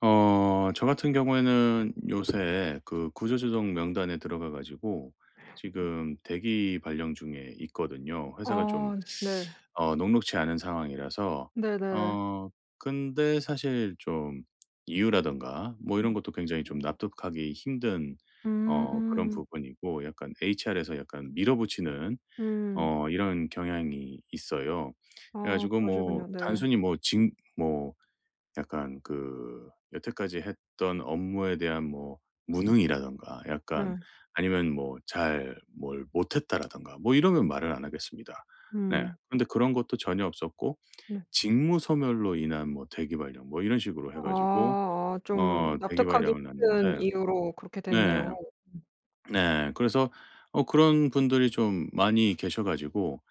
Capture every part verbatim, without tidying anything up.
어 저 같은 경우에는 요새 그 구조조정 명단에 들어가 가지고 지금 대기 발령 중에 있거든요. 회사가 좀 아 네. 어 녹록치 않은 상황이라서 네네. 어 근데 사실 좀 이유라든가 뭐 이런 것도 굉장히 좀 납득하기 힘든 어 그런 음. 부분이고, 약간 에이치알에서 약간 밀어붙이는 음. 어 이런 경향이 있어요. 그래 아 가지고 뭐 그러시군요. 네. 단순히 뭐징뭐 약간 그 여태까지 했던 업무에 대한 뭐 무능이라든가 약간, 예. 아니면 뭐 잘 뭘 못했다라든가 뭐 이러면 음. 말을 안 하겠습니다. 네. 음. 그런데 그런 것도 전혀 없었고 네. 직무 소멸로 인한 뭐 대기 발령 뭐 이런 식으로 해 아. 가지고 아 좀 어 대기 납득하기 발령을 힘든 났는데. 이유로 그렇게 네. 됐네요. 네. 그래서 어 그런 분들이 좀 많이 계셔 가지고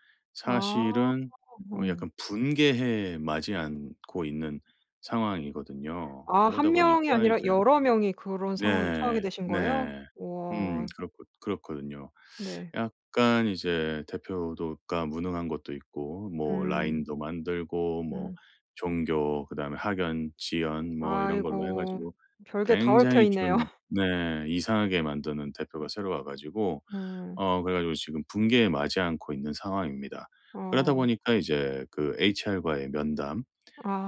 아. 사실은 어. 어 약간 분개해 마지 않고 있는 상황이거든요. 아 그러다 한 명이 보니까 아니라 이제. 여러 명이 그런 상황에 처하게 네. 되신 거예요? 네. 음, 우와. 그렇고 그렇거든요. 네. 약간 이제 대표도가 무능한 것도 있고 뭐 음. 라인도 만들고 뭐 음. 종교, 그다음에 학연, 지연 뭐 이런 걸로 해 아이고. 가지고 별게 다 얽혀 굉장히 있네요. 좀 네 이상하게 만드는 대표가 새로 와 가지고 음. 어 그래 가지고 지금 붕괴에 맞이 않고 있는 상황입니다. 그러다 어. 보니까 이제 그 에이치알과의 면담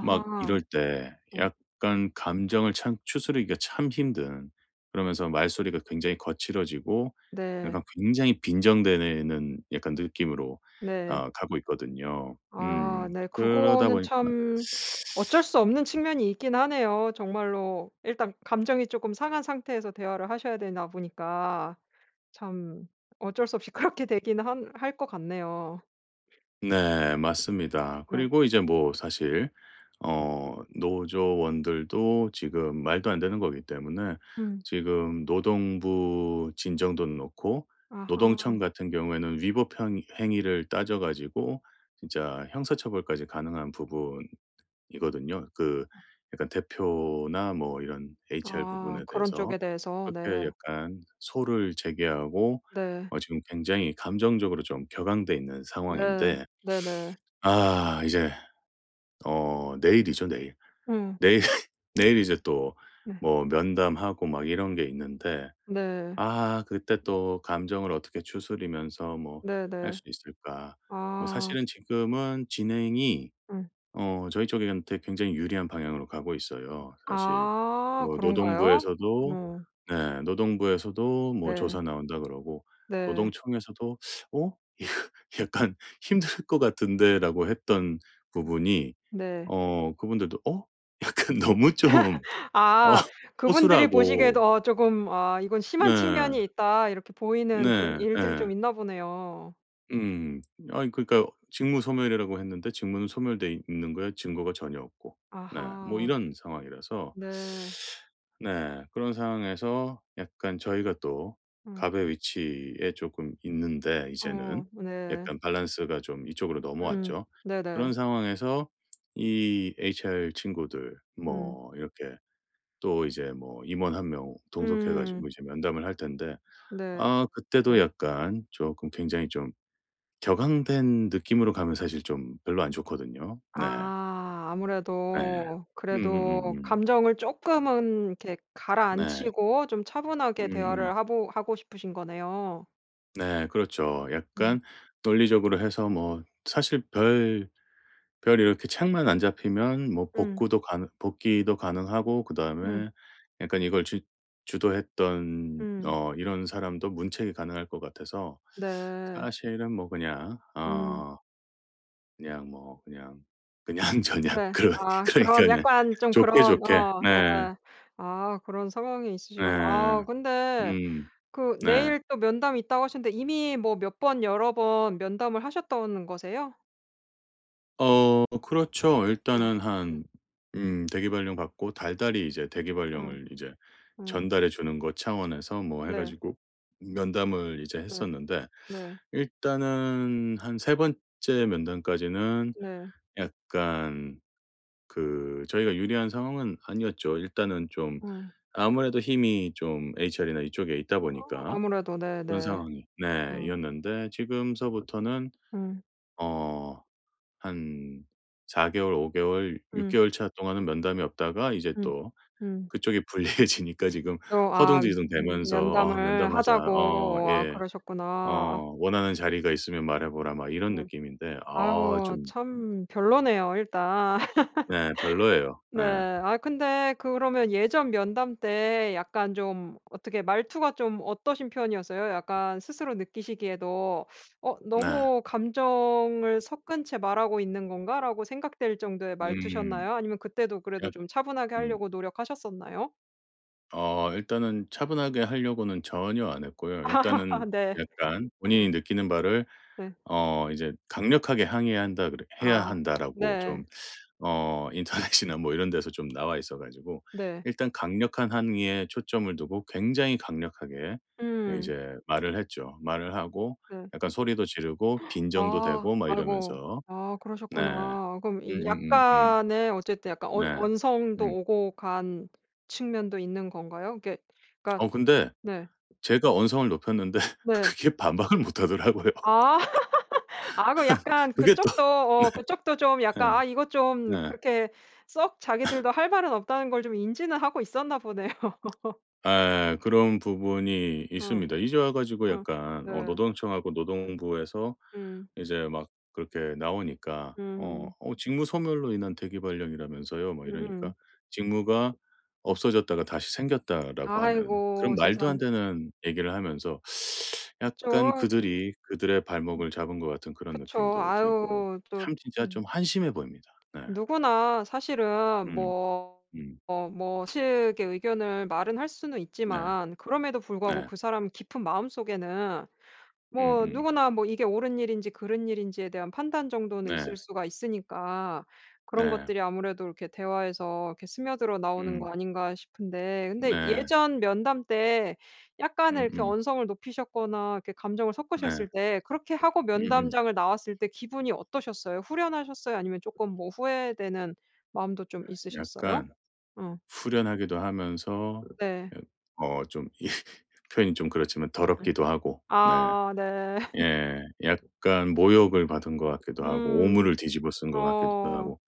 막 이럴 때 네. 약간 감정을 참 추스르기가 참 힘든, 그러면서 말소리가 굉장히 거칠어지고 네. 약간 굉장히 빈정되는 약간 느낌으로 네. 어 가고 있거든요. 음. 아 네. 그러다 그거는 음. 보니까. 참 어쩔 수 없는 측면이 있긴 하네요. 정말로 일단 감정이 조금 상한 상태에서 대화를 하셔야 되나 보니까 참 어쩔 수 없이 그렇게 되긴 한 할 것 같네요. 네. 맞습니다. 네. 그리고 이제 뭐 사실 어 노조원들도 지금 말도 안 되는 거기 때문에 음. 지금 노동부 진정도 놓고, 노동청 아하. 같은 경우에는 위법 행 행위를 따져 가지고 진짜 형사 처벌까지 가능한 부분이거든요. 그 약간 대표나 뭐 이런 에이치알 아 부분에 그런 대해서 쪽에 대해서 그렇게 네. 약간 소를 제기하고 네. 어 지금 굉장히 감정적으로 좀 격앙돼 있는 네. 상황인데, 네네. 아 이제 어 내일이죠, 내일. 음. 내일 내일 이제 또 네. 뭐 면담하고 막 이런 게 있는데, 네. 아 그때 또 감정을 어떻게 추스리면서 뭐 할 네네. 수 있을까. 뭐 아. 사실은 지금은 진행이 음. 어 저희 쪽한테 굉장히 유리한 방향으로 가고 있어요. 사실 아 뭐 그런가요? 노동부에서도, 음, 네 노동부에서도 뭐 네. 조사 나온다 그러고, 네. 노동청에서도 "어? 이거 약간 힘들 것 같은데."라고 했던 부분이 네. 어 그분들도 어? 약간 너무 좀 어 아 그분들이 보시기에도 허술하고. 어 조금 '아 이건 심한 네. 측면이 있다.' 이렇게 보이는 그런 네. 일들이 예. 좀 있나 보네요. 음. 아니 그러니까 직무 소멸이라고 했는데 직무는 소멸돼 있는 거에 증거가 전혀 없고, 네 뭐 아하. 이런 상황이라서, 네. 네 그런 상황에서 약간 저희가 또 음. 갑의 위치에 쪼끔 있는데, 이제는 어 네. 약간 밸런스가 좀 이쪽으로 음. 넘어왔죠. 네네. 그런 상황에서 이 에이치알 친구들 음. 뭐 이렇게 또 이제 뭐 임원 한 명 동석해 음. 가지고 이제 면담을 할 텐데, 네. 아 그때도 네. 약간 쪼끔 굉장히 좀 격앙된 느낌으로 가면 사실 좀 별로 안 좋거든요. 네. 아 네. 아무래도 그래도 음음음음. 감정을 쪼끔은 이렇게 네. 가라앉히고 좀 차분하게 음음. 대화를 하보 하고 싶으신 거네요. 네 그렇죠. 음. 약간 논리적으로 해서 뭐 사실 별 별 이렇게 책만 안 잡히면 뭐 음. 복구도 가능, 복귀도 가능하고, 음. 그다음에 약간 이걸 주 주도했던 음. 어 이런 사람도 문책이 가능할 것 같아서 네. 사실은 뭐 그냥 음. 어 그냥 뭐 그냥 그냥저냥 네. 그러, 아 그러니까 그런 그냥 약간 좀 좋게, 그런 좋게. 어 예. 네. 아 그런 상황이 네. 있으시구나. 아 근데 음. 그 네. 내일 또 면담이 있다고 하셨는데 이미 뭐 몇 번 여러 번 면담을 하셨던 거세요? 어 그렇죠. 음. 일단은 네. 한 음 대기발령 받고 달달이 이제 어. 대기발령을 이제 음. 전달해 주는 것 차원에서 뭐 해 네. 가지고 면담을 이제 네. 했었는데, 네. 일단은 한 세 번째 면담까지는 네. 약간 그 저희가 유리한 상황은 아니었죠. 일단은 좀 음. 아무래도 힘이 좀 에이치알이나 이쪽에 있다 아 보니까. 아무래도 그런 네네. 상황이 네 음. 이었는데 지금서부터는 음. 어 한 사 개월, 오 개월, 육 음. 개월 차 동안은 면담이 없다가 이제 음. 또 음. 그쪽이 불리해지니까 지금 또 아 허둥지둥 음 되면서 "어 면담을 면담하자. 어 하자고 아 예. 그러셨구나. 어 원하는 자리가 있으면 말해 보라." 막 이런 네. 느낌인데, 아 아이고 좀. 참 별로네요 일단. 네 별로예요. 네. 예. 아 근데 그러면 예전 면담 때 약간 좀 어떻게 말투가 좀 어떠신 편이었어요? 약간 스스로 느끼시기에도 '어 네. 너무 감정을 섞은 채 말하고 있는 건가?'라고 생각될 정도의 음. 말투셨나요? 아니면 그때도 그래도 약 좀 차분하게 음. 하려고 노력하셨었나요? 어 일단은 차분하게 하려고는 전혀 안 했고요. 일단은 네. 약간 본인이 네. 느끼는 바를 네. 어 이제 "강력하게 항의해야 한다." 그래 "해야 아. 한다."라고 좀 네. 어 인터넷이나 뭐 이런 데서 좀 나와 있어 가지고, 네. 일단 강력한 항의에 초점을 두고 굉장히 강력하게 음. 이제 말을 했죠. 말을 하고 네. 약간 소리도 지르고 빈정도 되 아. 고 막 아이고. 이러면서. 아 네. 그러셨구나. 어, 그럼 이 음음음음. 약간의 어쨌든 약간 언 네. 언성도 음. 오고 간 측면도 있는 건가요? 이게 그러니까 어 근데 네. 제가 언성을 높였는데 네. 그게 반박을 못 하더라고요. 아. 아 그 약간 그게 또. 그쪽도 네. 어 그쪽도 좀 약간 예. 아 이거 좀 예. 그렇게 썩 자기들도 할 말은 없다는 걸 좀 인지는 하고 있었나 보네요. 아, 그런 부분이 응, 있습니다. 이제 와 가지고 응, 약간 어 네. 노동청하고 음. 노동부에서 음. 이제 막 그렇게 나오니까 어 음. "어 직무 소멸로 인한 대기 발령이라면서요." 뭐 음 음. 이러니까, 음. 직무가 음. 없어졌다가 다시 생겼다라고 하는 그런 아이고 말도 안 세상. 되는 얘기를 하면서 약간 그쵸. 그들이 그들의 발목을 잡은 것 같은 그런 그쵸. 느낌도 아유 들고, 또 참 진짜 음. 좀 한심해 보입니다. 네. 누구나 사실은 음. 뭐 음. 어 뭐 식의 의견을 말은 할 수는 네. 있지만 그럼에도 불구하고 네. 그 사람 깊은 마음속에는 뭐 음음. 누구나 뭐 이게 옳은 일인지 그른 일인지에 대한 판단 정도는 네. 있을 수가 있으니까 그런 네. 것들이 아무래도 이렇게 대화에서 이렇게 스며들어 나오는 음. 거 아닌가 싶은데 근데 네. 예전 면담 때 약간의 이렇게 음음. 언성을 높이셨거나 이렇게 감정을 네. 섞으셨을 때 그렇게 하고 음음. 면담장을 나왔을 때 기분이 어떠셨어요? 후련하셨어요? 아니면 조금 뭐 후회되는 마음도 좀 있으셨어요? 약간 어 후련하기도 하면서, 네. 예 어 좀 이 표현이 좀 그렇지만 음. 더럽기도 하고. 네. 아 네. 예. 약간 모욕을 받은 것 같기도 하고 음. 오물을 뒤집어 쓴 것 같기도 어. 하고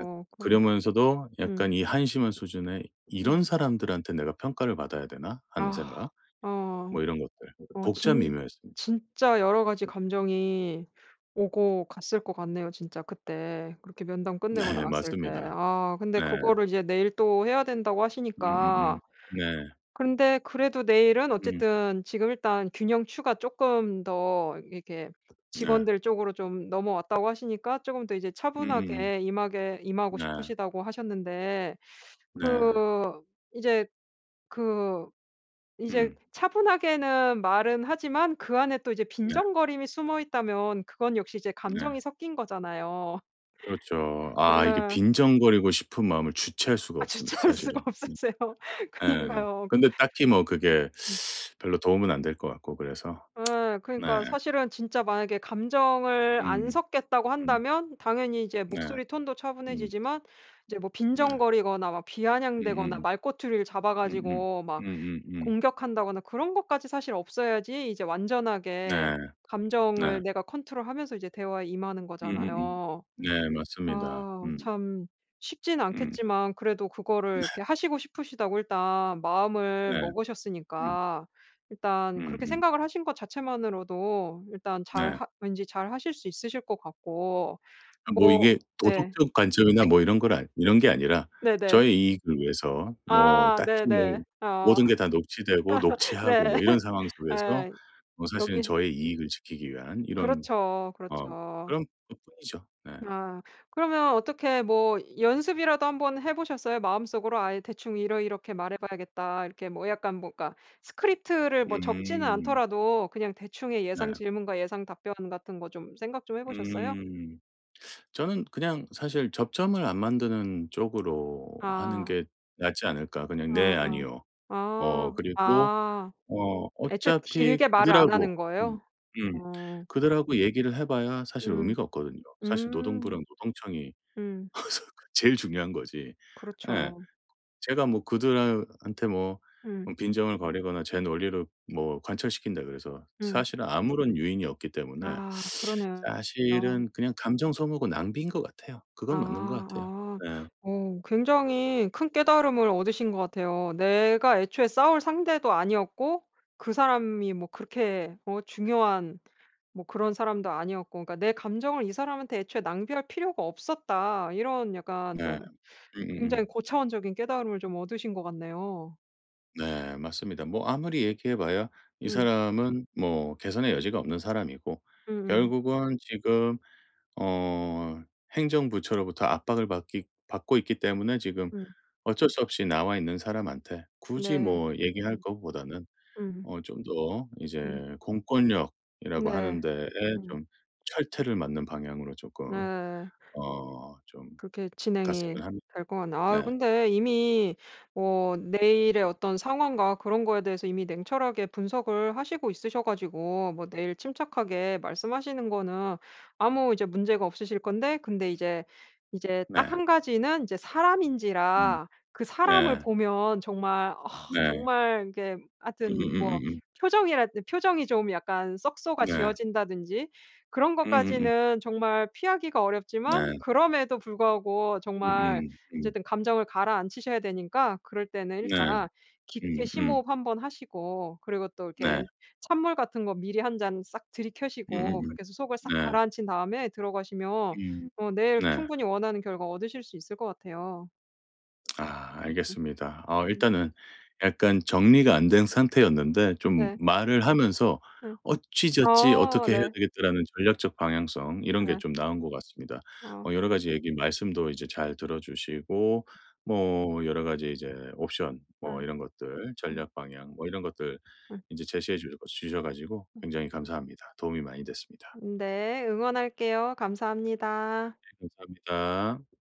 약 그런 그러면서도 음. 약간 이 한심한 수준의 음. '이런 사람들한테 내가 평가를 받아야 되나?' 하는 아. 생각, 어. 뭐 이런 것들. 어 복잡 진 미묘했습니다. 진짜 여러 가지 감정이 오고 갔을 것 같네요 진짜 그때. 그렇게 면담 끝내고 네 나왔을 때. 맞습니다. 아 근데 네. 네. 그거를 이제 내일 또 해야 된다고 음음음. 하시니까 네. 근데 그래도 내일은 음. 어쨌든 지금 일단 균형추가 조금 더 이렇게 네. 직원들 쪽으로 좀 넘어왔다고 하시니까 조금 더 이제 음음음. 차분하게 임하게 임하고 네. 싶으시다고 하셨는데 네. 이제 그 이제 음. 차분하게는 말은 하지만 그 안에 또 이제 네. 빈정거림이 숨어 있다면 그건 역시 이제 네. 감정이 섞인 거잖아요. 그렇죠. 아 이게 예. 빈정거리고 싶은 마음을 주체할 수가 아 없습니다 주체할 수가 사실은. 음. 없으세요. 예. 그니까요. 근데 딱히 뭐 그게 음. 별로 도움은 안 될 것 같고 그래서. 예. 네. 그러니까 사실은 진짜 만약에 감정을 안 음. 섞겠다고 음. 한다면 당연히 이제 네. 목소리 톤도 음. 차분해지지만 이제 뭐 네. 빈정거리거나 막 비아냥대거나 음음. 말꼬투리를 잡아 음음. 가지고 막 음음음. 공격한다거나 그런 것까지 사실 없어야지 이제 완전하게 네. 네. 감정을 내가 컨트롤하면서 이제 대화에 임하는 음음음. 거잖아요. 네 맞습니다. 아 음. 참 쉽지는 음. 않겠지만 그래도 그거를 이렇게 하시고 싶으시다고 일단 네. 마음을 음. 먹으셨으니까 일단 그렇게 음음. 생각을 하신 것 자체만으로도 일단 잘 네. 하 왠지 잘 하실 수 있으실 것 같고 아, 뭐 뭐 이게 네. 도덕적 관점이나 뭐 이런 걸, 아니 이런 게 아니라 네네. 저의 이익을 위해서, 뭐 아 딱히 뭐 네네. 어 모든 게 다 녹취되고 네. 녹취하고 뭐 이런 상황 속에서 에 뭐 사실은 여기 저의 이익을 지키기 음. 위한 이런 그렇죠, 어 그렇죠. 그런 것뿐이죠. 네. 아 그러면 어떻게 뭐 연습이라도 한번 해 보셨어요? 마음속으로 아예 '대충 이러이렇게 말해 봐야겠다.' 이렇게 뭐 약간 뭔가 스크립트를 뭐 적지는 음. 않더라도 그냥 대충의 네. 예상 질문과 예상 답변 같은 거 좀 생각 좀 해 보셨어요? 음. 저는 그냥 사실 접점을 안 만드는 쪽으로 하는 아. 게 낫지 않을까. 그냥 아 "네. 어 아니요." 어 아. 그리고 아. 어 애초에 어차피 길게 말을 안 그들하고. 하는 음. 거예요? 음. 어. 그들하고 얘기를 해 봐야 사실 음. 의미가 없거든요. 사실 음. 노동부랑 노동청이 음. 그래서 그 제일 중요한 거지. 예. 그렇죠. 제가 뭐 그들하 한테 뭐 음. 음 빈정을 거리거나 제 논리를 뭐 관철시킨다 그래서 음. 사실은 아무런 유인이 없기 때문에 아 그러네요. 사실은 그냥 감정 소모고 낭비인 것 같아요. 그건 맞는 것 아. 같아요. 아. 네. 어 굉장히 큰 깨달음을 얻으신 것 같아요. 내가 애초에 싸울 상대도 아니었고 그 사람이 뭐 그렇게 어 중요한 뭐 그런 사람도 아니었고 그러니까 '내 감정을 이 사람한테 애초에 낭비할 필요가 없었다.' 이런 약간 네. 좀 굉장히 음음음. 고차원적인 깨달음을 좀 얻으신 것 같네요. 네 맞습니다. 뭐 아무리 얘기해 봐야 이 음. 사람은 뭐 개선의 여지가 없는 사람이고, 음음. 결국은 지금 어 행정부처로부터 압박을 받기 받고 있기 때문에 지금 음. 어쩔 수 없이 나와 있는 사람한테 음, 굳이 네. 뭐 얘기할 음. 것보다는 음. 어 좀 더 이제 음. 공권력이라고 네. 하는 데에 음. 좀 철퇴를 맞는 방향으로 조금 네. 어 좀 그렇게 진행이 갔으면 합니다. 될 것 같네요. 아 네. 근데 이미 뭐 내일의 어떤 상황과 그런 거에 대해서 이미 냉철하게 분석을 하시고 있으셔 가지고 뭐 내일 침착하게 말씀하시는 거는 아무 이제 문제가 없으실 건데 근데 이제, 이제 딱 네. 한 가지는 이제 음. 사람인지라 그 사람을 네. 보면 정말 아 네. 정말 이게 음음 하여튼 음뭐 음 음. 표정이랄 표정이 좀 약간 썩소가 네. 지어진다든지 그런 음음 음. 것까지는 정말 피하기가 네. 어렵지만 그럼에도 불구하고 정말 음음. 음. 어쨌든 감정을 가라앉히셔야 되니까 그럴 때는 네. 일단 깊게 음 음. 심호흡 한번 하시고 그리고 또 네. 이렇게 찬물 같은 거 미리 한 잔 싹 들이켜시고 음음음. 그렇게 해서 속을 네. 싹 가라앉힌 다음에 들어가시면 음. 어 내일 네. 충분히 원하는 결과 얻으실 수 있을 것 같아요. 아 음 알겠습니다. 아 음. 일단은 약간 정리가 안 된 상태였는데 좀 네. 말을 하면서 네. 어찌저찌 어 '어떻게 해야 네. 되겠다.'라는 전략적 방향성 이런 게 네. 좀 나온 것 같습니다. 어. 어 여러 가지 얘기 말씀도 이제 잘 들어 주시고 뭐 여러 가지 이제 옵션 뭐 음. 이런 것들 음. 전략 방향 뭐 이런 것들 음. 인제 제시해 주셔 주셔 가지고 음. 굉장히 감사합니다. 도움이 많이 됐습니다. 네. 응원할게요. 감사합니다. 감사합니다.